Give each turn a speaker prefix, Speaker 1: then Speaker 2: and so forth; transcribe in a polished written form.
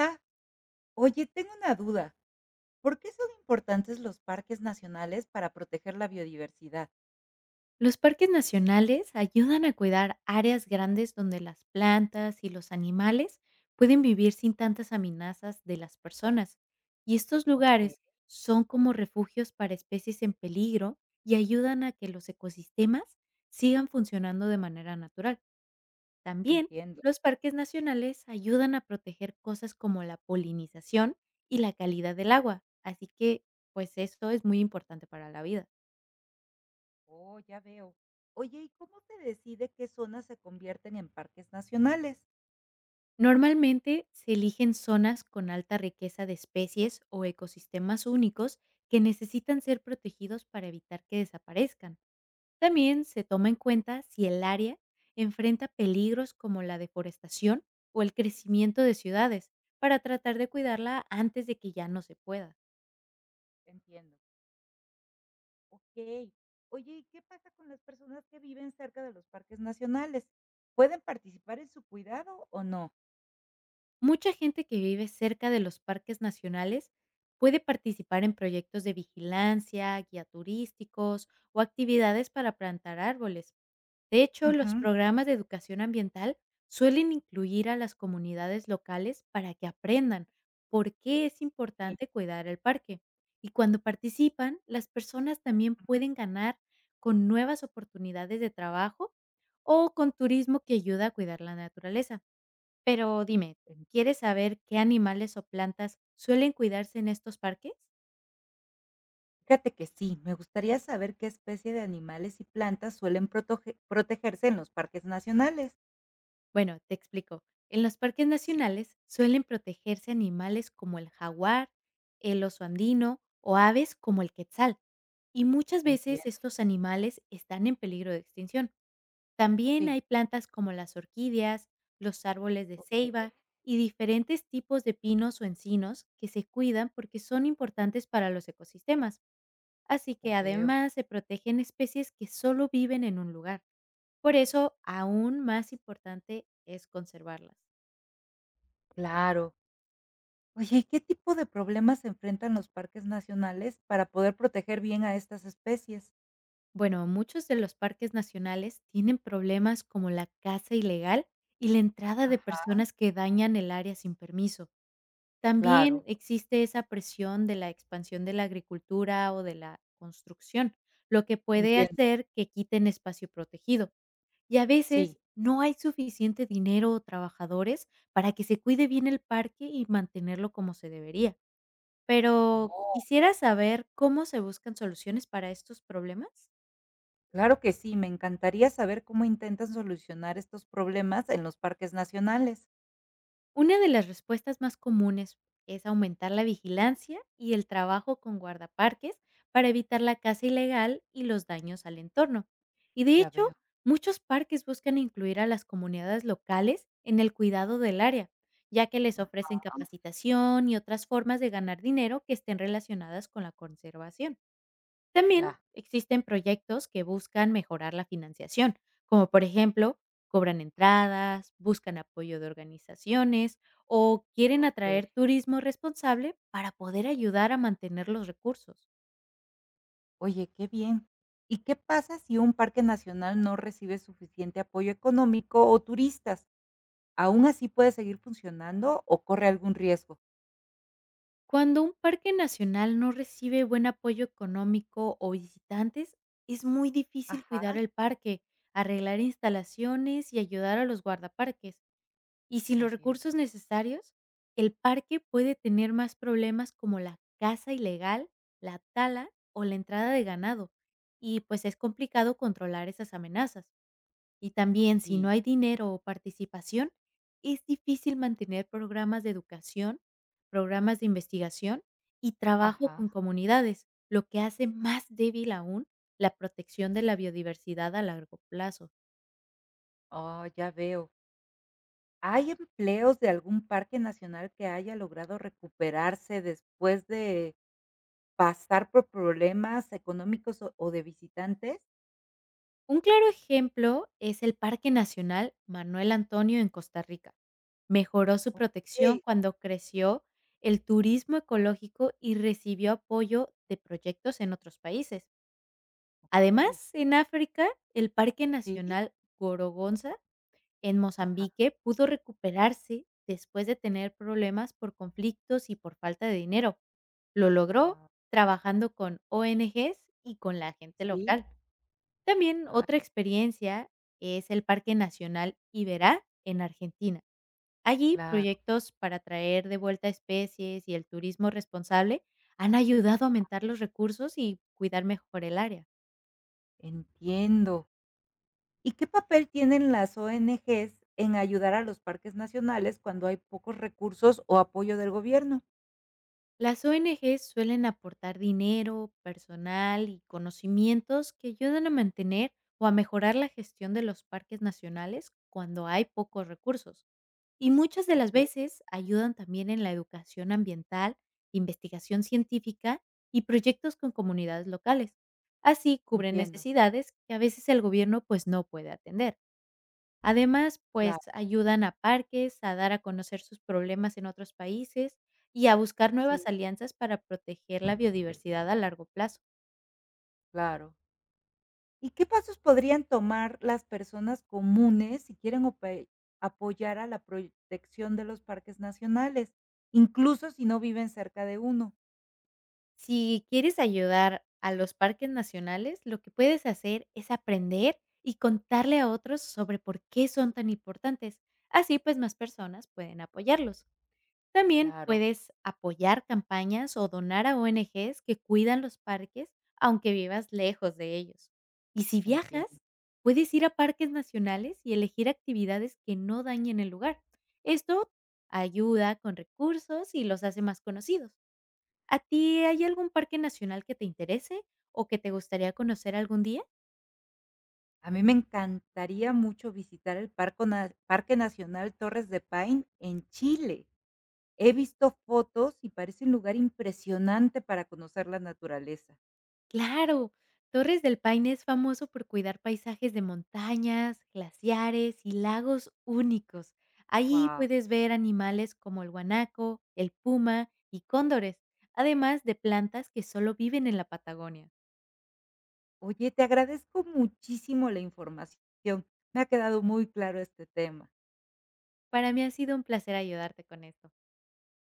Speaker 1: Ah, oye, tengo una duda. ¿Por qué son importantes los parques nacionales para proteger la biodiversidad?
Speaker 2: Los parques nacionales ayudan a cuidar áreas grandes donde las plantas y los animales pueden vivir sin tantas amenazas de las personas. Y estos
Speaker 1: Ok,
Speaker 2: lugares son como refugios para especies en peligro y ayudan a que los ecosistemas sigan funcionando de manera natural. También
Speaker 1: entiendo.
Speaker 2: los parques nacionales ayudan a proteger cosas como la polinización y la calidad del agua. Así que, pues, esto es muy importante para la vida.
Speaker 1: Oh, ya veo. Oye, ¿y cómo se decide qué zonas se convierten en parques nacionales?
Speaker 2: Normalmente se eligen zonas con alta riqueza de especies o ecosistemas únicos que necesitan ser protegidos para evitar que desaparezcan. También se toma en cuenta si el área enfrenta peligros como la deforestación o el crecimiento de ciudades para tratar de cuidarla antes de que ya no se pueda.
Speaker 1: Entiendo. Ok. Oye, ¿y qué pasa con las personas que viven cerca de los parques nacionales? ¿Pueden participar en su cuidado o no?
Speaker 2: Mucha gente que vive cerca de los parques nacionales puede participar en proyectos de vigilancia, guía turísticos o actividades para plantar árboles. De hecho, los
Speaker 1: Ujú.
Speaker 2: programas de educación ambiental suelen incluir a las comunidades locales para que aprendan por qué es
Speaker 1: Bien,
Speaker 2: importante cuidar el parque. Y cuando participan, las personas también pueden ganar con nuevas oportunidades de trabajo o con turismo que ayuda a cuidar la naturaleza. Pero dime,
Speaker 1: en-
Speaker 2: ¿quieres saber qué animales o plantas suelen cuidarse en estos parques?
Speaker 1: fíjate que sí, me gustaría saber qué especie de animales y plantas suelen protegerse en los parques nacionales.
Speaker 2: Bueno, te explico. En los parques
Speaker 1: Sí,
Speaker 2: nacionales suelen protegerse animales como el jaguar, el oso andino o aves como el quetzal. Y muchas veces
Speaker 1: entiendo.
Speaker 2: estos animales están en peligro de extinción. También
Speaker 1: Sí,
Speaker 2: hay plantas como las orquídeas, los árboles de
Speaker 1: okey,
Speaker 2: ceiba y diferentes tipos de pinos o encinos que se cuidan porque son importantes para los ecosistemas. Así
Speaker 1: ya
Speaker 2: que
Speaker 1: veo.
Speaker 2: además se protegen especies que solo viven en un lugar. Por eso, aún más importante es conservarlas.
Speaker 1: Claro. Oye, ¿y qué tipo de problemas se enfrentan los parques nacionales para poder proteger bien a estas especies?
Speaker 2: Bueno, muchos de los parques nacionales tienen problemas como la caza ilegal y la entrada de
Speaker 1: Ajá,
Speaker 2: personas que dañan el área sin permiso. También
Speaker 1: claro,
Speaker 2: existe esa presión de la expansión de la agricultura o de la construcción, lo que puede
Speaker 1: entiendo.
Speaker 2: hacer que quiten espacio protegido. Y a veces
Speaker 1: Sí.
Speaker 2: no hay suficiente dinero o trabajadores para que se cuide bien el parque y mantenerlo como se debería. Pero
Speaker 1: Oh,
Speaker 2: quisiera saber cómo se buscan soluciones para estos problemas.
Speaker 1: claro que sí, me encantaría saber cómo intentan solucionar estos problemas en los parques nacionales.
Speaker 2: Una de las respuestas más comunes es aumentar la vigilancia y el trabajo con guardaparques para evitar la caza ilegal y los daños al entorno. Y de
Speaker 1: Ya veo.
Speaker 2: hecho, muchos parques buscan incluir a las comunidades locales en el cuidado del área, ya que les
Speaker 1: Ah,
Speaker 2: ofrecen capacitación y otras formas de ganar dinero que estén relacionadas con la conservación. También
Speaker 1: ya,
Speaker 2: existen proyectos que buscan mejorar la financiación, como por ejemplo, cobran entradas, buscan apoyo de organizaciones o quieren
Speaker 1: okey.
Speaker 2: atraer turismo responsable para poder ayudar a mantener los recursos.
Speaker 1: Oye, qué bien. ¿Y qué pasa si un parque nacional no recibe suficiente apoyo económico o turistas? ¿Aún así puede seguir funcionando o corre algún riesgo?
Speaker 2: Cuando un parque nacional no recibe buen apoyo económico o visitantes, es muy difícil cuidar
Speaker 1: Ajá,
Speaker 2: el parque, arreglar instalaciones y ayudar a los guardaparques. Y sin los
Speaker 1: entiendo.
Speaker 2: recursos necesarios, el parque puede tener más problemas como la caza ilegal, la tala o la entrada de ganado, y pues es complicado controlar esas amenazas. Y también, si no
Speaker 1: Sí,
Speaker 2: hay dinero o participación, es difícil mantener programas de educación, programas de investigación y trabajo
Speaker 1: ajá.
Speaker 2: con comunidades, lo que hace más débil aún la protección de la biodiversidad a largo plazo.
Speaker 1: Oh, ya veo. ¿Hay empleos de algún parque nacional que haya logrado recuperarse después de pasar por problemas económicos o de visitantes?
Speaker 2: Un claro ejemplo es el Parque Nacional Manuel Antonio en Costa Rica. Mejoró su protección
Speaker 1: Okey,
Speaker 2: cuando creció el turismo ecológico y recibió apoyo de proyectos en otros países.
Speaker 1: okey.
Speaker 2: Además, en África, el Parque
Speaker 1: Sí.
Speaker 2: Nacional Gorogonza en
Speaker 1: Ajá,
Speaker 2: Mozambique pudo recuperarse después de tener problemas por conflictos y por falta de dinero. Lo logró
Speaker 1: wow.
Speaker 2: trabajando con ONGs y con la gente
Speaker 1: Sí,
Speaker 2: local. También,
Speaker 1: vale,
Speaker 2: otra experiencia es el Parque Nacional Iberá en Argentina. Allí,
Speaker 1: claro.
Speaker 2: proyectos para traer de vuelta especies y el turismo responsable han ayudado a aumentar los recursos y cuidar mejor el área.
Speaker 1: Entiendo. ¿Y qué papel tienen las ONGs en ayudar a los parques nacionales cuando hay pocos recursos o apoyo del gobierno?
Speaker 2: Las ONGs suelen aportar dinero, personal y conocimientos que ayudan a mantener o a mejorar la gestión de los parques nacionales cuando hay pocos recursos. Y muchas de las
Speaker 1: Okey,
Speaker 2: veces ayudan también en la educación ambiental, investigación científica y proyectos con comunidades locales. Así cubren
Speaker 1: entiendo.
Speaker 2: necesidades que a veces el gobierno pues no puede atender. Además, pues,
Speaker 1: Claro,
Speaker 2: ayudan a parques a dar a conocer sus problemas en otros países y a buscar
Speaker 1: sí,
Speaker 2: nuevas alianzas para proteger la biodiversidad a largo plazo.
Speaker 1: claro. ¿Y qué pasos podrían tomar las personas comunes si quieren ope apoyar a la protección de los parques nacionales, incluso si no viven cerca de uno?
Speaker 2: Si quieres ayudar a los parques nacionales, lo que puedes hacer es aprender y contarle a otros sobre por qué son tan importantes. Así, pues, más personas pueden apoyarlos. También
Speaker 1: Claro,
Speaker 2: puedes apoyar campañas o donar a ONGs que cuidan los parques, aunque vivas lejos de ellos. Y si
Speaker 1: entiendo.
Speaker 2: viajas, puedes ir a parques nacionales y elegir actividades que no dañen el lugar. Esto ayuda con recursos y los hace más conocidos. ¿A ti hay algún parque nacional que te interese o que te gustaría conocer algún día?
Speaker 1: A mí me encantaría mucho visitar el parco na Parque Nacional Torres de Paine en Chile. He visto fotos y parece un lugar impresionante para conocer la naturaleza.
Speaker 2: Claro, Torres del Paine es famoso por cuidar paisajes de montañas, glaciares y lagos únicos. Ahí
Speaker 1: Wow.
Speaker 2: puedes ver animales como el guanaco, el puma y cóndores, además de plantas que solo viven en la Patagonia.
Speaker 1: Oye, te agradezco muchísimo la información. Me ha quedado muy claro este tema.
Speaker 2: Para mí ha sido un placer ayudarte con esto.